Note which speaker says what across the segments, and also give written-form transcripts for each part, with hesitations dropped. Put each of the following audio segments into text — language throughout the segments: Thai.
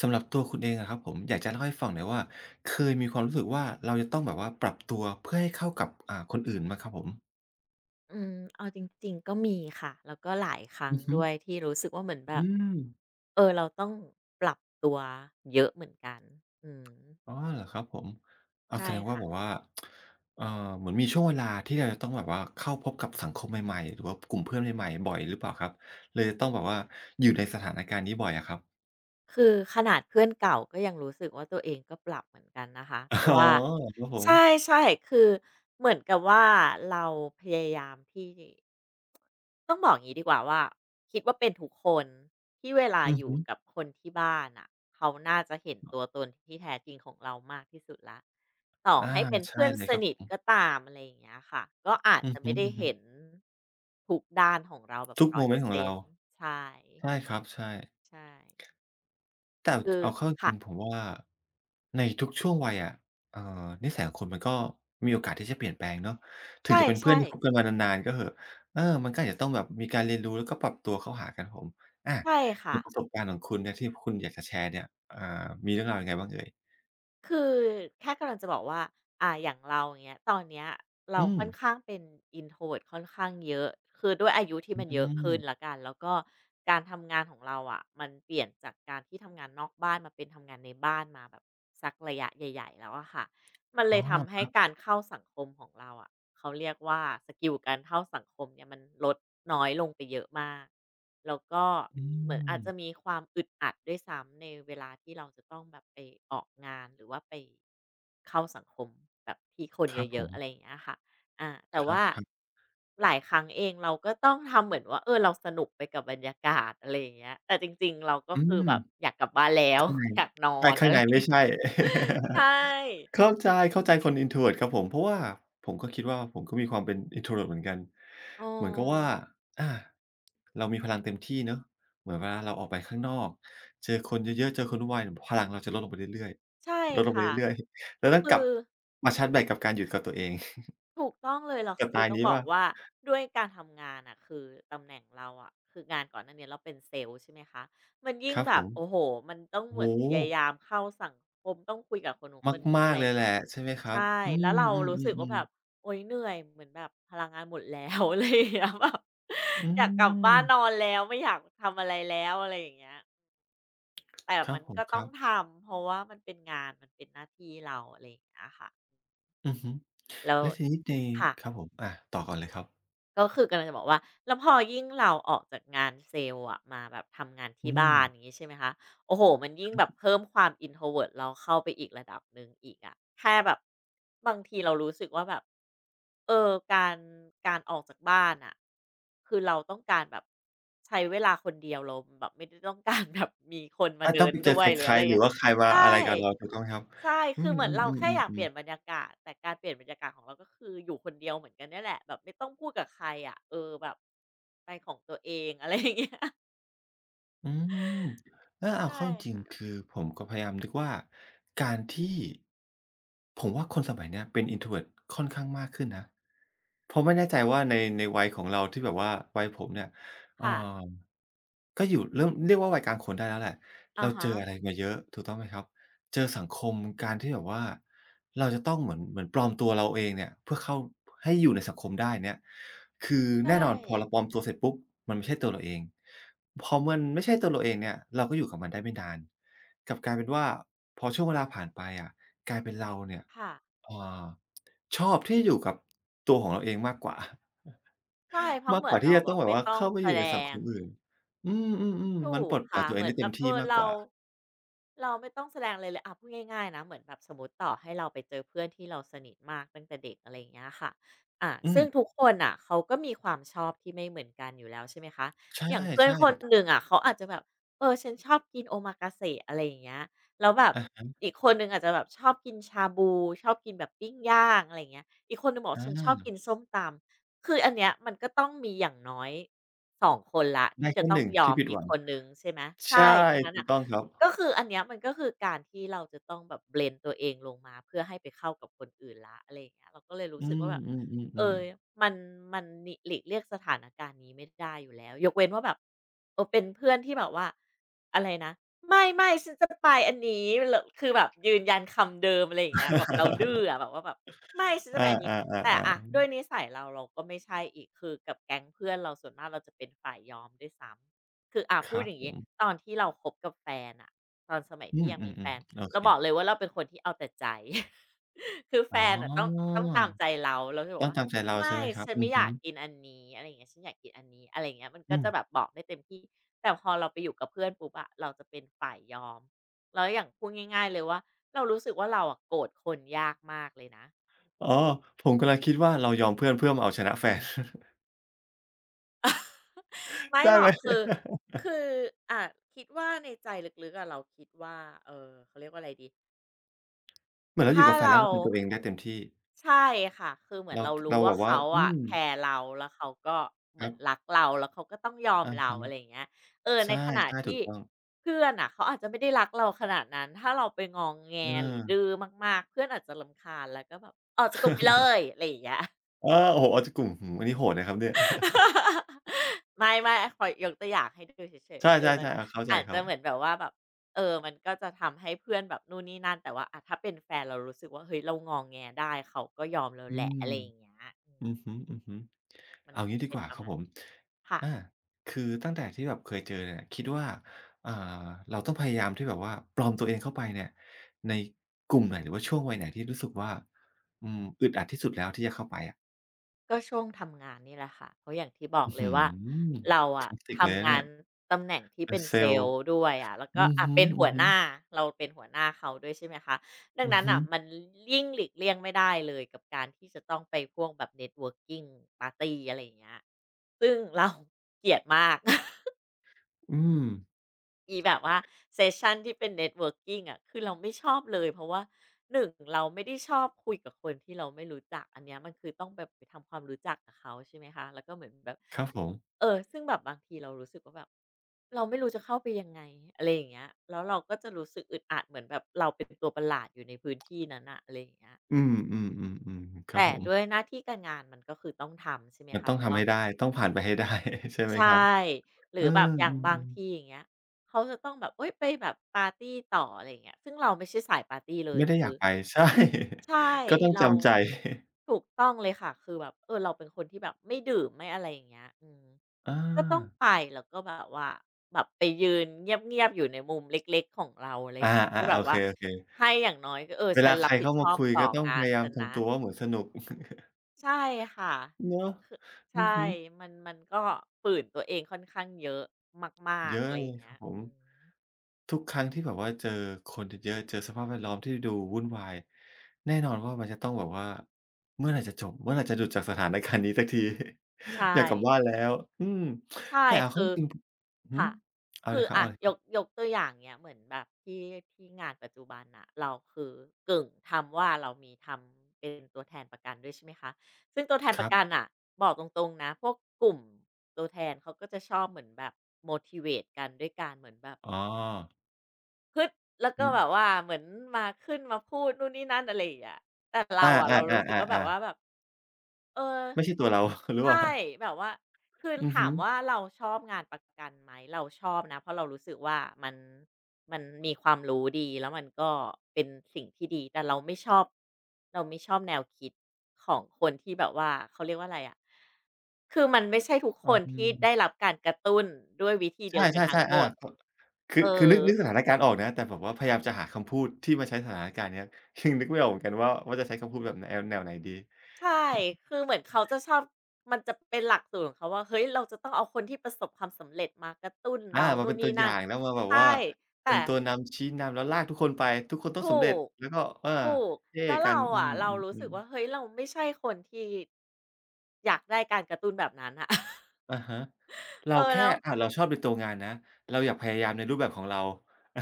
Speaker 1: สำหรับตัวคุณเองอะครับผมอยากจะเล่าให้ฟังหน่อยว่าเคยมีความรู้สึกว่าเราจะต้องแบบว่าปรับตัวเพื่อให้เข้ากับคนอื่นไหมครับผม
Speaker 2: อืมเอาจริงๆก็มีค่ะแล้วก็หลายครั้ง
Speaker 1: อือฮึ
Speaker 2: ด้วยที่รู้สึกว่าเหมือนแบ
Speaker 1: อื
Speaker 2: บ
Speaker 1: ม
Speaker 2: เออเราต้องปรับตัวเยอะเหมือนกันอืม
Speaker 1: อ๋อเหรอครับผมอ้าว
Speaker 2: ใช่
Speaker 1: แสดงว่า
Speaker 2: ค่ะ
Speaker 1: แบบว่าเอ่อเหมือนมีช่วงเวลาที่เราจะต้องแบบว่าเข้าพบกับสังคมใหม่ๆหรือว่ากลุ่มเพื่อนใหม่ๆบ่อยหรือเปล่าครับเลยจะต้องแบบว่าอยู่ในสถานการณ์นี้บ่อยอะครับ
Speaker 2: คือขนาดเพื่อนเก่าก็ยังรู้สึกว่าตัวเองก็ปรับเหมือนกันนะคะเพราะ
Speaker 1: อ๋อ
Speaker 2: ว่า
Speaker 1: ครับผ
Speaker 2: ใ
Speaker 1: ม
Speaker 2: ช่ๆคือเหมือนกับว่าเราพยายามที่ต้องบอกงี้ดีกว่าว่าคิดว่าเป็นทุกคนที่เวลา
Speaker 1: อือ
Speaker 2: อยู่
Speaker 1: ฮึ
Speaker 2: กับคนที่บ้านอ่ะเขาน่าจะเห็นตัวตนที่แท้จริงของเรามากที่สุดแล้วต่อ
Speaker 1: อา
Speaker 2: ให้เป็น
Speaker 1: ใช่
Speaker 2: เพื่อน
Speaker 1: เลย
Speaker 2: ส
Speaker 1: ครับ
Speaker 2: นิ
Speaker 1: ผ
Speaker 2: ท
Speaker 1: ม
Speaker 2: ก็ตามอะไรอย่างเงี้ยค่ะก็อาจ
Speaker 1: อือ
Speaker 2: จะ
Speaker 1: ฮึ
Speaker 2: ไม่ได้เห็น
Speaker 1: ๆ
Speaker 2: ทุกด้านของเราแบบ
Speaker 1: ทุกโมเมนต์ของเรา
Speaker 2: 100%ใช่
Speaker 1: ใช่ครับใช่
Speaker 2: ใช่
Speaker 1: แต่
Speaker 2: คือ
Speaker 1: เอาเข้าจริ
Speaker 2: ค่ะ
Speaker 1: งผมว่าในทุกช่วงวัยอะเอ่อนิสัยของคนมันก็มีโอกาสที่จะเปลี่ยนแปลงเนาะถึง
Speaker 2: ใช่
Speaker 1: จะเป็นเพื่
Speaker 2: ใช่
Speaker 1: อนที่คบกันมานานๆก็เหอะเออมันก็อาจจะต้องแบบมีการเรียนรู้แล้วก็ปรับตัวเข้าหากันครับผมอา
Speaker 2: ใช่
Speaker 1: ใน
Speaker 2: ค่ะ
Speaker 1: ประสบการณ์ของคุณเนี่ยที่คุณอยากจะแชร์เนี่ยอ่ามีเรื่องราวยังไงบ้างเอ่ย
Speaker 2: คือแค่กำลังจะบอกว่าอย่างเราอย่างเงี้ยตอนเนี้ยเรา
Speaker 1: อืม
Speaker 2: ค่อนข้างเป็น introvert ค่อนข้างเยอะคือด้วยอายุที่
Speaker 1: อื
Speaker 2: มันเยอะขึ้นแล้
Speaker 1: ม
Speaker 2: วกันแล้วก็การทำงานของเราอะมันเปลี่ยนจากการที่ทำงานนอกบ้านมาเป็นทำงานในบ้านมาแบบสักระยะใหญ่ๆแล้วอะค่ะมัน
Speaker 1: อ๋
Speaker 2: เล
Speaker 1: อ
Speaker 2: ยทำ
Speaker 1: ค
Speaker 2: ให้
Speaker 1: รับ
Speaker 2: การเข้าสังคมของเราอะเขาเรียกว่าสกิลการเข้าสังคมเนี่ยมันลดน้อยลงไปเยอะมาก แล้วก็
Speaker 1: อื
Speaker 2: เหมือนอา
Speaker 1: ม
Speaker 2: จจะมีความอึดอัดด้วยซ้ำในเวลาที่เราจะต้องแบบไปออกงานหรือว่าไปเข้าสังคมแบบที่คน
Speaker 1: ครับผ
Speaker 2: เยอะ
Speaker 1: ม
Speaker 2: ๆอะไรอย่างเงี้ยค่ะ
Speaker 1: ค
Speaker 2: แต่
Speaker 1: ร
Speaker 2: ว่า
Speaker 1: ับๆ
Speaker 2: หลายครั้งเองเราก็ต้องทำเหมือนว่าเออเราสนุกไปกับบรรยากาศอะไรอย่างเงี้ยแต่จริงๆเราก็
Speaker 1: อื
Speaker 2: คือ
Speaker 1: ม
Speaker 2: แบบอยากกลับบ้านแล้ว
Speaker 1: ใช่
Speaker 2: อยากนอ
Speaker 1: ใช่
Speaker 2: น
Speaker 1: ข้า
Speaker 2: อะ
Speaker 1: ง
Speaker 2: ไร
Speaker 1: ใน
Speaker 2: อย่าง
Speaker 1: ไม่
Speaker 2: เงี้ย
Speaker 1: ใช่
Speaker 2: ใช่
Speaker 1: เข้าใจเข้าใจคน introvert ครับผมเพราะว่าผมก็คิดว่าผมก็มีความเป็น introvert เหมือนกัน
Speaker 2: เอ
Speaker 1: เหมือนกับว่า
Speaker 2: อ
Speaker 1: อาเรามีพลังเต็มที่เนาะเหมือนเวลาเราออกไปข้างนอกเจอคนเยอะๆเจอคนวุ่นวายพลังเราจะลดลงไปเรื่อย
Speaker 2: ใช่
Speaker 1: ๆลดลงไป
Speaker 2: ค่ะ
Speaker 1: เรื่อยๆเราต้องก
Speaker 2: คื
Speaker 1: ลับ
Speaker 2: อ
Speaker 1: มาชาร์จแบตกับการอยู่กับตัวเอง
Speaker 2: ถูกต้องเลยเหรา
Speaker 1: สไต
Speaker 2: คือ
Speaker 1: ล์
Speaker 2: ต้อง
Speaker 1: นี้
Speaker 2: บ
Speaker 1: เป
Speaker 2: อก
Speaker 1: ล่า
Speaker 2: ว่าด้วยการทำงานอ่ะคือตำแหน่งเราอะคืองานก่อนหน้าเนี้ยเราเป็นเซลล์ใช่ไหมคะมันยิ่
Speaker 1: ค
Speaker 2: ง
Speaker 1: รับ
Speaker 2: แบ
Speaker 1: ผ
Speaker 2: บ
Speaker 1: ม
Speaker 2: โอ้โหมันต้องเหมือน
Speaker 1: โอ้
Speaker 2: พ
Speaker 1: โฮ
Speaker 2: ยายามเข้าสังคมต้องคุยกับคนนู้นคนนี้
Speaker 1: มา
Speaker 2: อะ
Speaker 1: ก
Speaker 2: ไร
Speaker 1: ๆ
Speaker 2: อ
Speaker 1: เลย
Speaker 2: ย่าง
Speaker 1: แห
Speaker 2: เงี้
Speaker 1: ละ
Speaker 2: ย
Speaker 1: ใช่ไหมครับ
Speaker 2: ใช่
Speaker 1: อื
Speaker 2: แล้วเรารู้สึก
Speaker 1: ม
Speaker 2: ว่าแบ
Speaker 1: ๆๆ
Speaker 2: บ
Speaker 1: ๆ
Speaker 2: โอ๊ยเหนื่อยเหมือนแบบพลังงานหมดแล้ว อะไรอย่างเงี้ยแบบ
Speaker 1: อื
Speaker 2: อยากกลับบ้านนอ
Speaker 1: ม
Speaker 2: นแล้วไม่อยากทำอะไรแล้วอะไรอย่างเงี้ยแต่
Speaker 1: ครั
Speaker 2: มั
Speaker 1: บ
Speaker 2: น
Speaker 1: ผม
Speaker 2: ก็
Speaker 1: ค
Speaker 2: ต้อ
Speaker 1: รั
Speaker 2: ง
Speaker 1: บ
Speaker 2: ทำเพราะว่ามันเป็นงานมันเป็นหน้าที่เราอะไรอย่างเงี้ยค่ะ
Speaker 1: อือฮึ
Speaker 2: แล้ว
Speaker 1: แล้วทีนี้ใน
Speaker 2: ค่ะ
Speaker 1: ครับผมอาต่อก่อนเลยครับ
Speaker 2: ก็คือกำลังจะบอกว่าแล้วพอยิ่งเราออกจากงานเซลล์อะมาแบบทำงาน
Speaker 1: อื
Speaker 2: ที่
Speaker 1: ม
Speaker 2: บ้านอย่างนี้ใช่ไหมคะโอ้โหมันยิ่งแบบเพิ่มความ introvert เวิรเราเข้าไปอีกระดับหนึ่งอีกอะแค่แบบบางทีเรารู้สึกว่าแบบเออการการออกจากบ้านอ่ะคือเราต้องการแบบใช้เวลาคนเดียวเราแบบไม่ได้ต้องการแบบมีคนมา
Speaker 1: อา
Speaker 2: เดิ
Speaker 1: ต้อง
Speaker 2: น
Speaker 1: ไปเจอ
Speaker 2: ด้ว
Speaker 1: ใค
Speaker 2: ยหรือ
Speaker 1: ร
Speaker 2: อะไรอ
Speaker 1: ๆ ห
Speaker 2: ย่าง
Speaker 1: รือ
Speaker 2: เงี้ย
Speaker 1: ว่าใครมา
Speaker 2: ใช่
Speaker 1: อะไรกับเราถูกต้องไหมครับ
Speaker 2: ใช่
Speaker 1: อื
Speaker 2: คื
Speaker 1: ม
Speaker 2: อเหมือนเราแค่อยาก
Speaker 1: ๆ
Speaker 2: เปลี่
Speaker 1: ๆ
Speaker 2: ยน
Speaker 1: ๆ
Speaker 2: บร
Speaker 1: ๆ
Speaker 2: รยากาศแต่การเปลี่ยนบรรยากาศของเราก็คืออยู่คนเดียวเหมือนกันเนี่ยแหละแบบไม่ต้องพูดกับใครอะเออแบบไปของตัวเอง อะไรอย่างเงี้ย
Speaker 1: อืมแ้าเอา
Speaker 2: ใช่
Speaker 1: เข้าจริง
Speaker 2: ค่ะ
Speaker 1: ๆคือผมก็พยายามนึกว่าการที่ผมว่าคนสมัยเนี้ยเป็น introvert ค่อนข้างมากขึ้นนะเพราะไม่แน่ใจว่าในวัยของเราที่แบบว่าวัยผมเนี่ยเอ่อ
Speaker 2: ค่ะ
Speaker 1: ก็อยู่เริ่มเรียกว่าวัยกลางคนได้แล้วแหละ
Speaker 2: อะ
Speaker 1: เราเจ
Speaker 2: ฮะ
Speaker 1: ออะไรมาเยอะถูกต้องไหมครับเจอสังคมการที่แบบว่าเราจะต้องเหมือนปลอมตัวเราเองเนี่ยเพื่อเข้าให้อยู่ในสังคมได้เนี่ยคือ
Speaker 2: ใช่
Speaker 1: แน่นอนพอเราปลอมตัวเสร็จปุ๊บมันไม่ใช่ตัวเราเอง พอมันไม่ใช่ตัวเราเองเนี่ยเราก็อยู่กับมันได้ไม่นานกลับกลายเป็นว่าพอช่วงเวลาผ่านไปอะกลายเป็นเราเนี่ย
Speaker 2: ค่ะ
Speaker 1: เอ่อชอบที่อยู่กับตัวของเราเองมากกว่า
Speaker 2: ใช่เพ ราะ
Speaker 1: มาก
Speaker 2: เหมื
Speaker 1: ก
Speaker 2: อน
Speaker 1: ว่าที่
Speaker 2: เรา
Speaker 1: จะ
Speaker 2: แบ
Speaker 1: ต้อ
Speaker 2: บ
Speaker 1: งแบบ
Speaker 2: ไม่
Speaker 1: ว่า
Speaker 2: ต้อง
Speaker 1: เข้าไป
Speaker 2: แส
Speaker 1: อยู่
Speaker 2: ด
Speaker 1: ในสังค
Speaker 2: ง
Speaker 1: มอื่นอืมๆๆ
Speaker 2: ถู
Speaker 1: มันป
Speaker 2: ก
Speaker 1: ลดปล่อย
Speaker 2: ค่ะ
Speaker 1: ตัว
Speaker 2: เห
Speaker 1: เอง
Speaker 2: มือน
Speaker 1: ได้
Speaker 2: แบ
Speaker 1: เต็ม
Speaker 2: บเอ
Speaker 1: ที่
Speaker 2: อ
Speaker 1: มากก
Speaker 2: เรา
Speaker 1: ว่า
Speaker 2: เราไม่ต้องแสดงอะไรเลยอะพูดง่ายๆนะเหมือนแบบสมมุติต่อให้เราไปเจอเพื่อนที่เราสนิทมากตั้งแต่เด็กอะไรอย่างเงี้ยค่ะ
Speaker 1: อืม
Speaker 2: ซึ่งทุกคนน่ะเขาก็มีความชอบที่ไม่เหมือนกันอยู่แล้วใช่ไหมคะ
Speaker 1: ใช่
Speaker 2: อย่างเพื่อนค
Speaker 1: ๆ
Speaker 2: น
Speaker 1: ถูก
Speaker 2: หนึ่งอะเขาอาจจะแบบเออฉันชอบกินโอมากาเสะอะไรอย่างเงี้ยแล้วแบบ
Speaker 1: อะ
Speaker 2: อีกคนหนึ่งอาจจะแบบชอบกินชาบูชอบกินแบบปิ้งย่างอะไรอย่างเงี้ยอีกคนหนึ่งบอกฉันชอบ
Speaker 1: อา
Speaker 2: กินส้มตำ คืออันเนี้ยมันก็ต้องมีอย่างน้อย2คนละ
Speaker 1: ได้
Speaker 2: ที่จะ
Speaker 1: แค่
Speaker 2: ต้
Speaker 1: ห
Speaker 2: อง
Speaker 1: นึ่ง
Speaker 2: ยอ
Speaker 1: ที่
Speaker 2: ม
Speaker 1: ผิด
Speaker 2: อี
Speaker 1: ห
Speaker 2: ก
Speaker 1: วัง
Speaker 2: คนหนึ่งใช่ไหม
Speaker 1: ใช่
Speaker 2: ใช่ดังนั้น
Speaker 1: ถูก
Speaker 2: อ่ะ
Speaker 1: ต้องครับ
Speaker 2: ก็คืออันเนี้ยมันก็คือการที่เราจะต้องแบบ b บ e นตัวเองลงมาเพื่อให้ไปเข้ากับคนอื่นละอะไรอย่างเงี้ยเราก็เลยรู้
Speaker 1: อื
Speaker 2: สึกว่าแบบเอ
Speaker 1: ม
Speaker 2: อ
Speaker 1: ๆๆ
Speaker 2: มันมันหนหลีกเลี่ยงสถานการณ์นี้ไม่ได้อยู่แล้วยกเว้นว่าแบบเออเป็นเพื่อนที่แบบว่าอะไรนะไม่ฉันจะไปอันนี้แล้วคือแบบยืนยันคำเดิมอะไรอย่างเงี้ยแบบเราดื้ออะแบบว่าแบบไม่ฉัน
Speaker 1: ๆอ
Speaker 2: จะไปอันนี้ แต่
Speaker 1: า
Speaker 2: อะ
Speaker 1: ๆ
Speaker 2: ด้วย
Speaker 1: ๆ
Speaker 2: นิสัยเราก็ไม่ใช่อีกคือกับแก๊งเพื่อนเราส่วนมากเราจะเป็นฝ่ายยอมด้วยซ้ำคืออะ
Speaker 1: ๆค
Speaker 2: พูด
Speaker 1: รับ
Speaker 2: อย่าง
Speaker 1: ผ
Speaker 2: นี้
Speaker 1: ม
Speaker 2: ตอนที่เราคบกับแฟนอะตอนสมัย
Speaker 1: อื
Speaker 2: ที่ยังมีแฟ
Speaker 1: ม
Speaker 2: น
Speaker 1: ๆๆโอ
Speaker 2: เรา
Speaker 1: เค
Speaker 2: บอกเลยว่าเราเป็นคนที่เอาแต่ใจ คือแฟ
Speaker 1: อ๋อ
Speaker 2: นอะต้องตามใจเราเราจะบ
Speaker 1: ต้
Speaker 2: อก
Speaker 1: อง
Speaker 2: ว่า
Speaker 1: ตามใจเราใช่
Speaker 2: ไม่
Speaker 1: ไหมครับ
Speaker 2: ฉัน
Speaker 1: อือ
Speaker 2: ไม่อ
Speaker 1: ฮึ
Speaker 2: ยากกินอันนี้อะไรอย่างเงี้ยฉันอยากกินอันนี้อะไรอย่างเงี้ยมัน
Speaker 1: อื
Speaker 2: ก็
Speaker 1: ม
Speaker 2: จะแบบบอกได้เต็มที่แต่พอเราไปอยู่กับเพื่อนปุ๊บอะเราจะเป็นฝ่ายยอมแล้วอย่างพูดง่ายๆเลยว่าเรารู้สึกว่าเราอะโกรธคนยากมากเลยนะ
Speaker 1: อ๋อผมกำลังคิดว่าเรายอมเพื่อนเพื่อมาเอาชนะแฟน
Speaker 2: ไม่
Speaker 1: ได้
Speaker 2: หร
Speaker 1: ไห
Speaker 2: อ
Speaker 1: ม
Speaker 2: กคืออ่ะคิดว่าในใจลึกๆอ่ะเราคิดว่าเออเขาเรียกว่าอะไรดี
Speaker 1: เหมือนเราอ
Speaker 2: ถ้า
Speaker 1: ยู่กับแฟนแล้
Speaker 2: เรา
Speaker 1: วเราเป็นตัวเองได้เต็มที่
Speaker 2: ใช่ค่ะคือเหมือน
Speaker 1: เรา
Speaker 2: เรารู้
Speaker 1: เราแบ
Speaker 2: ว่า
Speaker 1: บว่า
Speaker 2: เขา
Speaker 1: อื
Speaker 2: อะ
Speaker 1: ม
Speaker 2: แคร์เราแล้วเขาก็เห
Speaker 1: ค
Speaker 2: มื
Speaker 1: รั
Speaker 2: อนรั
Speaker 1: บ
Speaker 2: กเราแล้วเขาก็ต้องยอม
Speaker 1: อะ
Speaker 2: เราอะไร
Speaker 1: ฮะ
Speaker 2: อย่างเงี้ยเออใน
Speaker 1: ใช่
Speaker 2: ขณะ
Speaker 1: ๆถู
Speaker 2: ที่
Speaker 1: กต้อง
Speaker 2: เพื่อนอ่ะเขาอาจจะไม่ได้รักเราขนาดนั้นถ้าเราไปงองแง
Speaker 1: เอ
Speaker 2: หรือ
Speaker 1: อ
Speaker 2: ดื้อมากๆเพื่อนอาจจะรำคาญแล้วก็แบบออกจากกลุ่มไปเลยอะไรอย่างเงี้ย
Speaker 1: เออโอ้โฮเอาจากกลุ่มหืออันนี้โหดนะครับเนี่ย
Speaker 2: ไม่ขอยกตัวอย่างให้ดูเฉยๆ
Speaker 1: ใช่
Speaker 2: ว่าเออมัน
Speaker 1: ๆๆอาเข้าใจ
Speaker 2: อาจ
Speaker 1: ค
Speaker 2: จะ
Speaker 1: รับ
Speaker 2: เหมือนแบบว่าแบบเออมันก็จะทำให้เพื่อนแบบนู่นนี่นั่นแต่ว่าอะถ้าเป็นแฟนเรารู้สึกว่าเฮ้ยเรางองแงได้เขาก็ยอมเรา
Speaker 1: อื
Speaker 2: แหละ
Speaker 1: ม
Speaker 2: อะไรอย่างเงี้ยอืม
Speaker 1: อือฮึๆ
Speaker 2: มัน
Speaker 1: เอางี้ดีก
Speaker 2: เป็น
Speaker 1: ว่า
Speaker 2: ป
Speaker 1: ค
Speaker 2: ระ
Speaker 1: รับ
Speaker 2: มาณ
Speaker 1: ผม
Speaker 2: ค่ะ
Speaker 1: อาคือตั้งแต่ที่แบบเคยเจอเนี่ยคิดว่าอ่าเราต้องพยายามที่แบบว่าปลอมตัวเองเข้าไปเนี่ยในกลุ่มไหนหรือว่าช่วงวัยไหนที่รู้สึกว่าอืมอึดอัดที่สุดแล้วที่จะเข้าไปอะ
Speaker 2: ก็ช่วงทำงานนี่แหละค่ะ เพราะอย่างที่บอก
Speaker 1: อื้อ
Speaker 2: เล
Speaker 1: ฮื
Speaker 2: ย
Speaker 1: อ
Speaker 2: ว่าเรา
Speaker 1: ค
Speaker 2: อะ
Speaker 1: ลาสสิกเลยนะ
Speaker 2: ทำงา
Speaker 1: เนี่
Speaker 2: น
Speaker 1: ย
Speaker 2: ตำแหน่งที่
Speaker 1: เป็
Speaker 2: เป็
Speaker 1: น
Speaker 2: น
Speaker 1: เซ
Speaker 2: เซ
Speaker 1: ล
Speaker 2: ล
Speaker 1: ส์
Speaker 2: ล์ด้วยอะแล้วก็
Speaker 1: อือ
Speaker 2: อะ
Speaker 1: ฮึ
Speaker 2: เป็น
Speaker 1: ๆอื
Speaker 2: หัว
Speaker 1: อ
Speaker 2: หน้าเราเป็นหัวหน้าเขาด้วยใช่ไหมคะดังนั้น
Speaker 1: ฮึ
Speaker 2: น่ะมันยิ่งหลีกเลี่ยงไม่ได้เลยกับการที่จะต้องไปพวกแบบ networking ปาร์ตีอะไรอย่างเงี้ยซึ่งเรา เกลียดมาก
Speaker 1: อืม
Speaker 2: อีแบบว่าเซสชันที่เป็น networking อะคือเราไม่ชอบเลยเพราะว่า1เราไม่ได้ชอบคุยกับคนที่เราไม่รู้จักอันเนี้ยมันคือต้องแบบไปทำความรู้จักกับเขาใช่ไหมคะแล้วก็เหมือนแบบ
Speaker 1: ครับผม
Speaker 2: เออซึ่งแบบบางทีเรารู้สึกว่าแบบเราไม่รู้จะเข้าไปยังไงอะไรอย่างเงี้ยแล้วเราก็จะรู้สึกอึดอัดเหมือนแบบเราเป็นตัวประหลาดอยู่ในพื้นที่นั้นน่ะอะไรอย่างเงี้ย
Speaker 1: อืมๆๆๆครับ
Speaker 2: แต่
Speaker 1: ผม
Speaker 2: ด้วยหน้าที่การงานมันก็คือต้องทำใช่ไหม
Speaker 1: มัน
Speaker 2: คะ
Speaker 1: ต้อง
Speaker 2: เพราะ
Speaker 1: ทำ
Speaker 2: ว่า
Speaker 1: ให้ได้ต้องผ่านไปให้ได้ ใช่ไหม
Speaker 2: ใช่
Speaker 1: ครับ
Speaker 2: หรื
Speaker 1: เอ
Speaker 2: อ
Speaker 1: อ
Speaker 2: แบบอย่า
Speaker 1: อื
Speaker 2: งบาง
Speaker 1: ม
Speaker 2: ที่อย่างเงี้ยเขาจะต้องแบบเฮ้ยไปแบบปาร์ตีต่ออะไรอย่างเงี้ยซึ่งเราไม่ใช่สายปาร์ตีเลย
Speaker 1: ไม่ได้อ
Speaker 2: คือ
Speaker 1: ยากไป ใช่
Speaker 2: ใช่
Speaker 1: ก็ต้อง
Speaker 2: เรา
Speaker 1: จำใจ
Speaker 2: ถูกต้องเลยค่ะคือแบบเออเราเป็นคนที่แบบไม่ดื่มไม่อะไรอย่างเงี้ยอืม
Speaker 1: อ
Speaker 2: ก็ต้อง
Speaker 1: า
Speaker 2: ไปแล้วก็แบบว่าแบบไปยืนเงียบๆอยู่ในมุมเล็กๆของเราอะไรอ
Speaker 1: อา
Speaker 2: ย่างเงี้ยที่
Speaker 1: ๆ
Speaker 2: แบ
Speaker 1: โอ
Speaker 2: บ
Speaker 1: เค
Speaker 2: ว่า
Speaker 1: ๆ
Speaker 2: ให้อย่างน้อยก็เออ
Speaker 1: เว
Speaker 2: ฉั
Speaker 1: ลา
Speaker 2: น
Speaker 1: ใค
Speaker 2: รับ
Speaker 1: ร
Speaker 2: ผิด
Speaker 1: เข้า
Speaker 2: ช
Speaker 1: มา
Speaker 2: อบ
Speaker 1: คุย
Speaker 2: ต่อ
Speaker 1: ก็ต้องพ
Speaker 2: งาน
Speaker 1: ยายาม
Speaker 2: ฉันนะ
Speaker 1: ทำตัวว่าเหมือนสนุก
Speaker 2: ใช่ค่ะ
Speaker 1: เนาะ
Speaker 2: คือ
Speaker 1: อื
Speaker 2: ใช่
Speaker 1: อฮึ
Speaker 2: มันก็ฝืนตัวเองค่อนข้างเยอะมา
Speaker 1: เย
Speaker 2: กๆ
Speaker 1: อะ
Speaker 2: อะไรอ
Speaker 1: เล
Speaker 2: ย่าง
Speaker 1: ยค
Speaker 2: เงี้
Speaker 1: รั
Speaker 2: ย
Speaker 1: บผ
Speaker 2: อื
Speaker 1: ม
Speaker 2: ม
Speaker 1: ทุกครั้งที่แบบว่าเจอคนเยอะๆเจอสภาพแวดล้อมที่ดูวุ่นวายแน่นอนว่ามันจะต้องแบบว่าเมื่อไหร่จะจบเมื่อไหร่จะหลุดจากสถานการณ์นี้สักที
Speaker 2: ใช่
Speaker 1: อยากกลับบ้านแล้วอืม
Speaker 2: ใช่
Speaker 1: แต่เอาเข้า
Speaker 2: คือ
Speaker 1: จริงหือ
Speaker 2: ค่ะ
Speaker 1: เอา
Speaker 2: คื
Speaker 1: เล
Speaker 2: อ
Speaker 1: ยครั
Speaker 2: อะยก
Speaker 1: บ
Speaker 2: ยกตัวอย่างเงี้ยเหมือนแบบที่ที่งานปัจจุบันน่ะเราคือกึ่งทำว่าเรามีทำเป็นตัวแทนประกันด้วยใช่ไหมคะซึ่งตัวแทน
Speaker 1: ๆค
Speaker 2: ป
Speaker 1: รั
Speaker 2: ระ
Speaker 1: บ
Speaker 2: กันน่ะบอกตรงๆนะพวกกลุ่มตัวแทนเขาก็จะชอบเหมือนแบบ motivate กันด้วยการเหมือนแบบ
Speaker 1: อ๋อ
Speaker 2: ฮึดแล้ว
Speaker 1: อื
Speaker 2: ก็
Speaker 1: ม
Speaker 2: แบบว่าเหมือนมาขึ้นมาพูดนู่นนี่นั่นอะไรอย่างเงี้ยแต่เรา
Speaker 1: อา
Speaker 2: อะเรารู้สึกว่าแบบ
Speaker 1: ๆๆๆ
Speaker 2: ว่า
Speaker 1: ๆ
Speaker 2: แบบเออ
Speaker 1: ไม่ใช่ตัวเรา หรือเปล่า
Speaker 2: ใช่
Speaker 1: ครับ
Speaker 2: แบบว่าคือ
Speaker 1: อือ
Speaker 2: ถา
Speaker 1: ฮึ
Speaker 2: มว่าเราชอบงานประกันไหมเราชอบนะเพราะเรารู้สึกว่ามันมันมีความรู้ดีแล้วมันก็เป็นสิ่งที่ดีแต่เราไม่ชอบเราไม่ชอบแนวคิดของคนที่แบบว่าเขาเรียกว่าอะไรอะคือมันไม่ใช่ทุกค
Speaker 1: อื
Speaker 2: นที่
Speaker 1: ม
Speaker 2: ได้รับการกระตุ้นด้วยวิธีเดียวกันทั้
Speaker 1: ใช่
Speaker 2: ง
Speaker 1: ๆๆ
Speaker 2: หม
Speaker 1: อา
Speaker 2: ด
Speaker 1: คคือ
Speaker 2: เออ
Speaker 1: นึกสถานการณ์ออกนะแต่แบบว่าพยายามจะหาคำพูดที่มาใช้สถานการณ์เนี้ย ยังนึกไม่ออกเหมือนกันว่าจะใช้คำพูดแบบแนวไหนดี
Speaker 2: ใช่คือเหมือนเขาจะชอบมันจะเป็นหลักสูตรของเขาว่า เฮ้ยเราจะต้องเอาคนที่ประสบความสำเร็จมากระตุ้นเรา
Speaker 1: มา
Speaker 2: นู่น
Speaker 1: เป็นตั
Speaker 2: นี่
Speaker 1: วอ
Speaker 2: นั่
Speaker 1: ย่า
Speaker 2: น
Speaker 1: งแล้วมาแบบ
Speaker 2: ใช่
Speaker 1: ว่าเป็
Speaker 2: แต่
Speaker 1: นตัวนำชี้นำแล้วลากทุกคนไปทุกคนต้อง
Speaker 2: ถู
Speaker 1: สำเร็จ
Speaker 2: ก
Speaker 1: แล้วก็เออ
Speaker 2: ถูก
Speaker 1: เท่
Speaker 2: แล้ว
Speaker 1: กัน
Speaker 2: เรา
Speaker 1: อื
Speaker 2: อะเรารู้สึก
Speaker 1: ม
Speaker 2: ว่า
Speaker 1: ๆๆ
Speaker 2: เฮ้ยเราไม่ใช่คนที่อยากได้การกระตุ้นแบบนั้นน่ะ
Speaker 1: อะฮะ
Speaker 2: เอ
Speaker 1: เรา
Speaker 2: อ
Speaker 1: แค่
Speaker 2: แล้ว
Speaker 1: เราชอบในตัวงานนะเราอยากพยายามในรูปแบบของเรา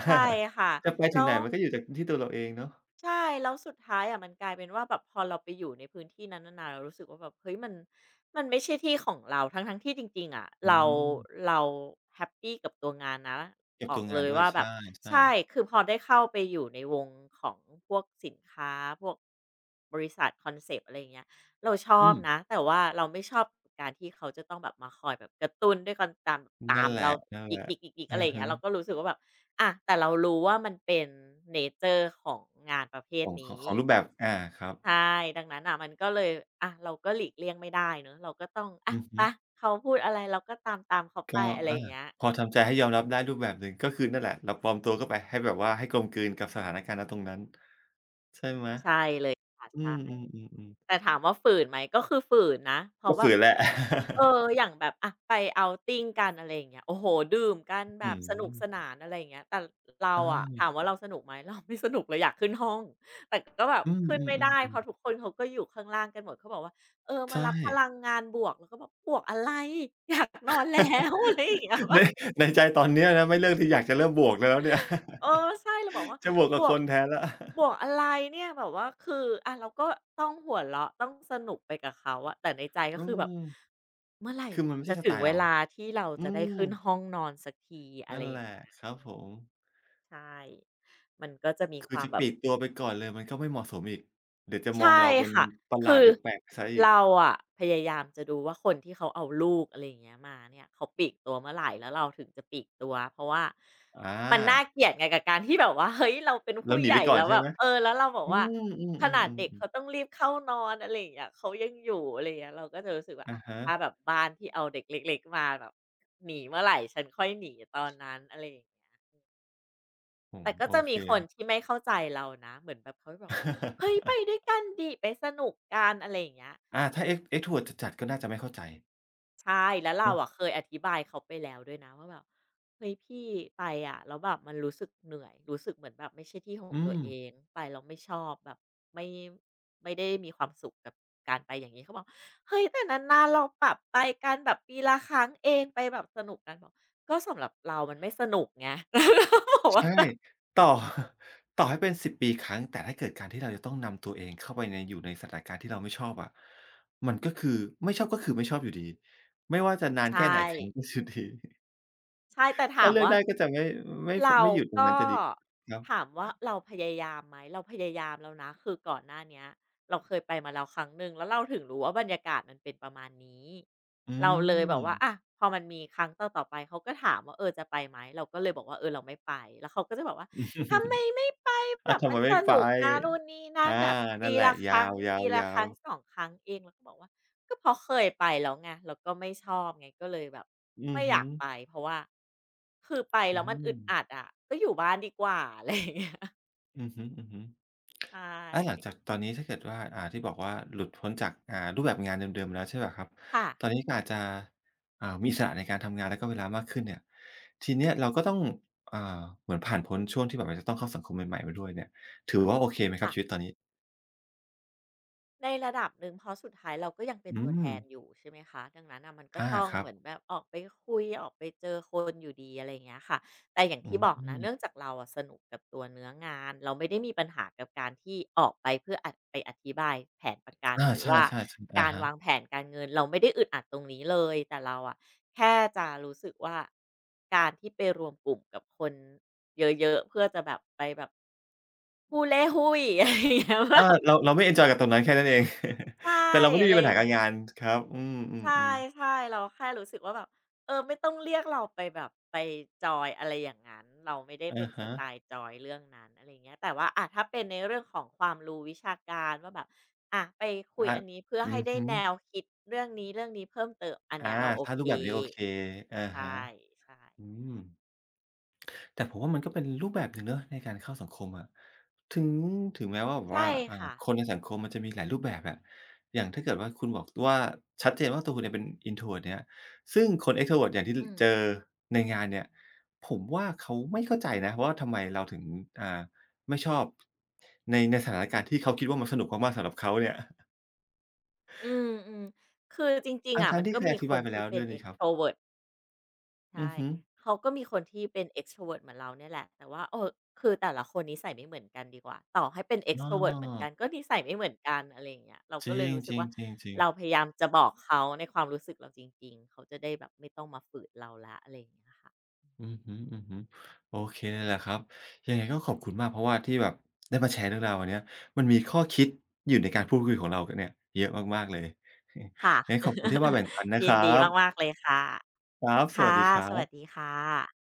Speaker 2: ใช่ค่ะ
Speaker 1: จะไปถึ
Speaker 2: แล้
Speaker 1: ง
Speaker 2: ว
Speaker 1: ไหนมันก็อยู่จากที่ตัวเราเองเนาะ
Speaker 2: ใช่แล้วสุดท้ายอะมันกลายเป็นว่าแบบพอเราไปอยู่ในพื้นที่นั้นนานๆเรารู้สึกว่าแบบเฮ้ยมันมันไม่ใช่ที่ของเราทั้งๆที่จริงๆอะ
Speaker 1: อื
Speaker 2: เรา
Speaker 1: ม
Speaker 2: เราแฮปปีกับตัวงานนะ
Speaker 1: เก็บ
Speaker 2: บอ
Speaker 1: ตั
Speaker 2: ก
Speaker 1: วงา
Speaker 2: เล
Speaker 1: น
Speaker 2: ย
Speaker 1: ด้วย
Speaker 2: ว่า
Speaker 1: ใช
Speaker 2: แบบ
Speaker 1: ่
Speaker 2: ใช่
Speaker 1: ๆ
Speaker 2: คือพอได้เข้าไปอยู่ในวงของพวกสินค้าพวกบริษัทคอนเซปต์อะไรอย่างเงี้ยเราชอ
Speaker 1: อื
Speaker 2: บ
Speaker 1: ม
Speaker 2: นะแต่ว่าเราไม่ชอบการที่เขาจะต้องแบบมาคอยแบบกระตุ้นด้วยการตามตา
Speaker 1: นั่น
Speaker 2: ม
Speaker 1: แหละ
Speaker 2: เรา
Speaker 1: ๆ
Speaker 2: อีกๆีกอกอีกอะ
Speaker 1: อะ
Speaker 2: ไรอย่าง
Speaker 1: ฮะ
Speaker 2: เงี้ยเราก็รู้สึกว่าแบบ อะแต่เรารู้ว่ามันเป็นเนเชอร์ของงานประเภ
Speaker 1: ข
Speaker 2: ท
Speaker 1: องของ
Speaker 2: นี้
Speaker 1: ของรูปแบบครับ
Speaker 2: ใช่ดังนั้นน่ะมันก็เลยอะเราก็หลีกเลี่ยงไม่ได้เนาะเราก็ต้องอะ
Speaker 1: อือ
Speaker 2: ไป
Speaker 1: ฮึ
Speaker 2: เขาพูดอะไรเราก็ตามๆเขาไป
Speaker 1: ก็
Speaker 2: อะไร
Speaker 1: อา
Speaker 2: อย่างเงี้ย
Speaker 1: พ
Speaker 2: อื
Speaker 1: อ
Speaker 2: ม
Speaker 1: ทำใจให้ยอมรับได้รูปแบบหนึ่งก็คือนั่นแหละเราปลอมตัวเข้าไปให้แบบว่าให้กลมกลืนกับสถานการณ์ณตรงนั้นใช่ไหม
Speaker 2: ใช่เลยค่ะ
Speaker 1: อื
Speaker 2: ใช่
Speaker 1: มๆๆ
Speaker 2: แต่
Speaker 1: ๆ
Speaker 2: ถามว่าฝืนไหมก็คือฝืนนะเพ
Speaker 1: ก็
Speaker 2: ราะแบ
Speaker 1: ฝื
Speaker 2: บ
Speaker 1: นแหละ
Speaker 2: เอออย่างแบบอะไป outing กันอะไรอย่างเงี้ยโอ้โฮดื่มกัน แบบ
Speaker 1: อื้อ
Speaker 2: สนุ
Speaker 1: ฮื
Speaker 2: ก
Speaker 1: อ
Speaker 2: สนานอะไรอย่างเงี้ยแต่เราอะ
Speaker 1: อา
Speaker 2: ถามว่าเราสนุกไหม เราไม่สนุกเลยอยากขึ้นห้อง แต่ก็แบบ
Speaker 1: อืม
Speaker 2: ขึ้นไม่ได้ เพ
Speaker 1: ๆๆ
Speaker 2: ราะทุก
Speaker 1: ๆ
Speaker 2: คนเขาก็อยู่ข้างล่างกันหมดเขาบอกว่าเออมา
Speaker 1: ใช่
Speaker 2: รับพลังงานบวกเราก็บอกบวกอะไรอยากนอนแล้ว อะไรอย่างเงี้ย
Speaker 1: ในใจตอนเนี้ยนะไม่เลือกที่อยากจะเริ่มบวกแล้วเนี่ย
Speaker 2: เออใช่เราบอกว่า
Speaker 1: จะบวก
Speaker 2: บ
Speaker 1: กับ
Speaker 2: ว
Speaker 1: ค
Speaker 2: ก
Speaker 1: นแทนแล้ว
Speaker 2: บวกอะไรเนี่ยแบบว่าคืออะเราก็ต้องหัวเราะต้องสนุกไปกับเขาอะแต่ในใจ ก็
Speaker 1: อื
Speaker 2: คือแบบ
Speaker 1: ม
Speaker 2: เมื่อไหร่
Speaker 1: คือมันไม่
Speaker 2: จะ
Speaker 1: ใช่ส
Speaker 2: ถึ
Speaker 1: ไต
Speaker 2: ง
Speaker 1: ล์
Speaker 2: เว
Speaker 1: เรา
Speaker 2: ลาที่เรา
Speaker 1: อื
Speaker 2: จะได้
Speaker 1: ม
Speaker 2: ขึ้นห้องนอนสักทีอะไร
Speaker 1: นั่น
Speaker 2: อ
Speaker 1: แห
Speaker 2: ย่าง
Speaker 1: ละ
Speaker 2: เงี้ย
Speaker 1: ครั
Speaker 2: อื
Speaker 1: บผ
Speaker 2: ม
Speaker 1: ม
Speaker 2: ใช่มันก็จะมีค
Speaker 1: คือ
Speaker 2: วาม
Speaker 1: จะ
Speaker 2: แบ
Speaker 1: ป
Speaker 2: บ
Speaker 1: ลีกตัวไปก่อนเลยมันก็ไม่เหมาะสมอีกเดี๋ยวจะม
Speaker 2: ใช่
Speaker 1: องเราเป็น
Speaker 2: ค่ะ
Speaker 1: ประหลา
Speaker 2: คื
Speaker 1: ด
Speaker 2: อ
Speaker 1: หรือแปลกไปเสียอีก
Speaker 2: เราอะพยายามจะดูว่าคนที่เขาเอาลูกอะไรอย่างเงี้ยมาเนี่ยเขาปลีกตัวเมื่อไหรแล้วเราถึงจะปลีกตัวเพราะว่า
Speaker 1: อ
Speaker 2: มันน่า
Speaker 1: า
Speaker 2: เกลียดไงกับการที่แบบว่าเฮ้ยเราเป็น
Speaker 1: เรา
Speaker 2: ผู้
Speaker 1: หนี
Speaker 2: ให
Speaker 1: ไป
Speaker 2: ญ่
Speaker 1: ก่อน
Speaker 2: แล้ว
Speaker 1: ใช่
Speaker 2: แบ
Speaker 1: ไห
Speaker 2: บ
Speaker 1: ม
Speaker 2: เออแล้วเราบอก
Speaker 1: อื
Speaker 2: ว่า
Speaker 1: มอือ
Speaker 2: ขนาดเด็ก
Speaker 1: ๆๆๆ
Speaker 2: เขาต้องรีบเข้านอนอะไรอย่างเงี้ยเขายังอยู่อะไรอย่างเงี้ยเราก็จะรู้สึกว่า
Speaker 1: อะ
Speaker 2: อะ
Speaker 1: ฮะ
Speaker 2: ถ้าแบบบ้านที่เอาเด็กเล็กๆมาแบบหนีเมื่อไหรฉันค่อยหนีตอนนั้นอะไรอย่าง
Speaker 1: ผม
Speaker 2: แต่ก็
Speaker 1: โอ
Speaker 2: จะ
Speaker 1: เค
Speaker 2: มีคนที่ไม่เข้าใจเรานะเหมือนแบบเขาจะบอกว่าเฮ้ยไป ด้วยกันดิไปสนุกกันอะไรอย่างเงี้ย
Speaker 1: ถ้า Xtrovert จัดๆก็น่าจะไม่เข้าใจ
Speaker 2: ใช่แล้วเราอะ
Speaker 1: เนาะ
Speaker 2: เคยอธิบายเขาไปแล้วด้วยนะว่าแบบเฮ้ยพี่ไปอะแล้วแบบมันรู้สึกเหนื่อยรู้สึกเหมือนแบบไม่ใช่ที่ของ
Speaker 1: อื
Speaker 2: ตัว
Speaker 1: ม
Speaker 2: เองไปเราไม่ชอบแบบไม่ไม่ได้มีความสุขกับการไปอย่างนี้เขาบอกเฮ้ยแต่นานๆเราปรับไปกันแบบปีละครั้งเองไปแบบสนุกกันบอกก็สำหรับเรามันไม่สนุกไง บอกว่า
Speaker 1: ใช่
Speaker 2: แบบ
Speaker 1: ต่อ ต่อให้เป็นสิบปีครั้งแต่ถ้าเกิดการที่เราจะต้องนำตัวเองเข้าไปในอยู่ในสถานการณ์ที่เราไม่ชอบอะมันก็คือไม่ชอบก็คือไม่ชอบอยู่ดีไม่ว่าจะนาน
Speaker 2: ใช่
Speaker 1: แค่ไหนครั้งก็อยู่ดี
Speaker 2: ใช่แต่ถา
Speaker 1: ถ้า
Speaker 2: ม
Speaker 1: เลือก
Speaker 2: ว่า
Speaker 1: ได้ก็จะ
Speaker 2: เรา
Speaker 1: ไม่อยู่ตรง
Speaker 2: ก็
Speaker 1: นั้นจะดีกว่าครับ
Speaker 2: เราพยายามไหมเราพยายามแล้วนะคือก่อนหน้าเนี้ยเราเคยไปมาแล้วครั้งหนึ่งแล้วเราถึงรู้ว่าบรรยากาศมันเป็นประมาณนี้
Speaker 1: อื
Speaker 2: เราเลยแบบว่า
Speaker 1: ม
Speaker 2: อะพอมันมีครั้งต่อๆไปเขาก็ถามว่าเออจะไปไหมเราก็เลยบอกว่าเออเราไม่ไปแล้วเขาก็จะแบบว่าทำไมไม่ไปแบ
Speaker 1: อ้าว
Speaker 2: บ
Speaker 1: ทำ
Speaker 2: มั
Speaker 1: ไม
Speaker 2: นส
Speaker 1: ไม่ไป
Speaker 2: นุกนะนู่นนี่นั่น
Speaker 1: อา
Speaker 2: แบบ
Speaker 1: นั่
Speaker 2: ปี
Speaker 1: นแหละ
Speaker 2: ละค
Speaker 1: ย
Speaker 2: รั้ง
Speaker 1: า
Speaker 2: ปีละค
Speaker 1: ว
Speaker 2: รั้ง
Speaker 1: ๆๆ
Speaker 2: 2ครั้งเองเราก็บอกว่า ก็เพราะเคยไปแล้วไงแล้วก็ไม่ชอบไงก็เลยแบบ
Speaker 1: อือ
Speaker 2: ไม่อ
Speaker 1: ฮึ
Speaker 2: ยากไปเพราะว่าคือไป
Speaker 1: อื
Speaker 2: แล้วมันอึ
Speaker 1: ม
Speaker 2: ดอัดอะก็อยู่บ้านดีกว่าอะไรอย่างเงี้ย
Speaker 1: อือฮึๆ
Speaker 2: ใช
Speaker 1: แล้วหลัง
Speaker 2: ่
Speaker 1: จากตอนนี้ถ้าเกิดว่าที่บอกว่าหลุดพ้นจากรูปแบบงานเดิมๆแล้วใช่เปล่าครับ
Speaker 2: ค่ะ
Speaker 1: ตอนนี้ก็อาจจะมีอิสระในการทำงานแล้วก็เวลามากขึ้นเนี่ยทีเนี้ยเราก็ต้องอ่าเหมือนผ่านพ้นช่วงที่แบบมันจะต้องเข้าสังคมใหม่ๆมาด้วยเนี่ยถือว่าโอเคไหมครับ
Speaker 2: ค่ะ
Speaker 1: ชีวิตตอนนี้
Speaker 2: ในระดับหนึ่งเพราะสุดท้ายเราก็ยังเป็น
Speaker 1: อื
Speaker 2: ตัวแท
Speaker 1: ม
Speaker 2: นอยู่ใช่ไหมคะดังนั้นน่ะมันก็ต้อง
Speaker 1: ครั
Speaker 2: เห
Speaker 1: บ
Speaker 2: มือนแบบออกไปคุยออกไปเจอคนอยู่ดีอะไรอย่างเงี้ยค่ะแต่อย่าง
Speaker 1: อื
Speaker 2: ที่บอกนะ
Speaker 1: ม
Speaker 2: เนื่องจากเราอะสนุกกับตัวเนื้องานเราไม่ได้มีปัญหากับการที่ออกไปเพื่ออะไปอธิบายแผนประกันหรือว่า
Speaker 1: ใช่ๆๆอะ
Speaker 2: การ
Speaker 1: ฮะ
Speaker 2: วางแผนการเงินเราไม่ได้อึดอัดตรงนี้เลยแต่เราอะแค่จะรู้สึกว่าการที่ไปรวมกลุ่มกับคนเยอะๆเพื่อจะแบบไปแบบฮูเล่ฮู้หวี่อะไรอย่างเงี้ย แบ
Speaker 1: อา
Speaker 2: บ
Speaker 1: เราเราไม่เอนจอยกับตรงนั้นแค่นั้นเอง
Speaker 2: ใช่
Speaker 1: แต่เราไม่ได้
Speaker 2: อะไร
Speaker 1: มีปัญ
Speaker 2: อย่า
Speaker 1: หา
Speaker 2: ง
Speaker 1: กับ
Speaker 2: เงี้ย
Speaker 1: งานครับอื
Speaker 2: ใช่
Speaker 1: มๆๆ
Speaker 2: ใช่เราแค่รู้สึกว่าแบบเออไม่ต้องเรียกเราไปแบบไปจอยอะไรอย่างนั้นเราไม่ได้เป็
Speaker 1: อะ
Speaker 2: นส
Speaker 1: ฮะ
Speaker 2: ไตล์จอยเรื่องนั้นอะไรเงี้ยแต่ว่าอะถ้าเป็นในเรื่องของความรู้วิชาการว่าแบบอะไปคุย
Speaker 1: อา
Speaker 2: อันนี้เพื่อ
Speaker 1: อื
Speaker 2: ให้
Speaker 1: อ
Speaker 2: ได้
Speaker 1: ฮึ
Speaker 2: แนวคิดเรื่องนี้เรื่องนี้เพิ่มเติมอัน
Speaker 1: อา
Speaker 2: เนี้ยเราโอ
Speaker 1: ถ้า
Speaker 2: เค
Speaker 1: รูปแบบนี้โอเคอะ
Speaker 2: ใช่
Speaker 1: ฮะ
Speaker 2: ใช่
Speaker 1: อืม แต่ผมว่ามันก็เป็นรูปแบบหนึ่งเนาะในการเข้าสังคมอะถึงถึงแม้ว่าแบบ
Speaker 2: ใช่
Speaker 1: ว่า
Speaker 2: ค่ะ
Speaker 1: คนในสังคมมันจะมีหลายรูปแบบอะอย่างถ้าเกิดว่าคุณบอกว่าชัดเจนว่าตัวคุณเนี่ยเป็น introvert เนี่ยซึ่งคน extrovert อย่างที่ล
Speaker 2: อืม
Speaker 1: เจอในงานเนี่ยผมว่าเขาไม่เข้าใจนะว่าทำไมเราถึงอ่าไม่ชอบ ในสถานการณ์ที่เขาคิดว่ามันสนุกมากๆสำหรับเขาเนี่ย
Speaker 2: อืมๆคือจริงๆอะ
Speaker 1: ทั้
Speaker 2: มั
Speaker 1: ง
Speaker 2: น
Speaker 1: ๆที่
Speaker 2: ก็
Speaker 1: เคย
Speaker 2: มี
Speaker 1: อธิ
Speaker 2: ค
Speaker 1: บา
Speaker 2: น
Speaker 1: ยไป
Speaker 2: ที่
Speaker 1: แล้ว
Speaker 2: เป็
Speaker 1: ด้
Speaker 2: น
Speaker 1: วยนี่ครับ
Speaker 2: Extrovert
Speaker 1: อื
Speaker 2: ใช่
Speaker 1: อฮึ
Speaker 2: เขาก็มีคนที่เป็น extrovert เหมือนเราเนี่ยแหละ แต่ว่าเออคือแต่ละคนนิสัยไม่เหมือนกันดีกว่า ต่อให้เป็น
Speaker 1: อ้
Speaker 2: extrovert เหมือนกัน
Speaker 1: อ
Speaker 2: ก็นิสัยไม่เหมือนกันอะไรอย่างเงี้ยเรา
Speaker 1: จ
Speaker 2: ก็
Speaker 1: ร
Speaker 2: เลยรู้สึก
Speaker 1: ิง
Speaker 2: ว่า
Speaker 1: ๆ
Speaker 2: เรา
Speaker 1: ๆ
Speaker 2: พ
Speaker 1: ๆ
Speaker 2: ยายามจะบอกเขาในความรู้สึกเราจริงๆเขาจะได้แบบไม่ต้องมาฝืนเราแล้วอะไรอย่างเงี้ยค่ะ
Speaker 1: อือฮึอือฮึโอเคเลยแหละครับยังไงก็ขอบคุณมากเพราะว่าที่แบบได้มาแชร์เรื่องราวอันเนี้ยมันมีข้อคิดอยู่ในการพูดคุยของเรากันเนี่ยเยอะมากๆเลย
Speaker 2: ค่ะ
Speaker 1: ยังไงขอบคุณที่มาแบ่งปันนะ ค
Speaker 2: ยิน
Speaker 1: รั
Speaker 2: ดี
Speaker 1: บ
Speaker 2: มากๆเลยค่ะ
Speaker 1: ครับ สวั
Speaker 2: ค่ะ
Speaker 1: สดีครั
Speaker 2: สวัสดี
Speaker 1: บ
Speaker 2: ค่ะ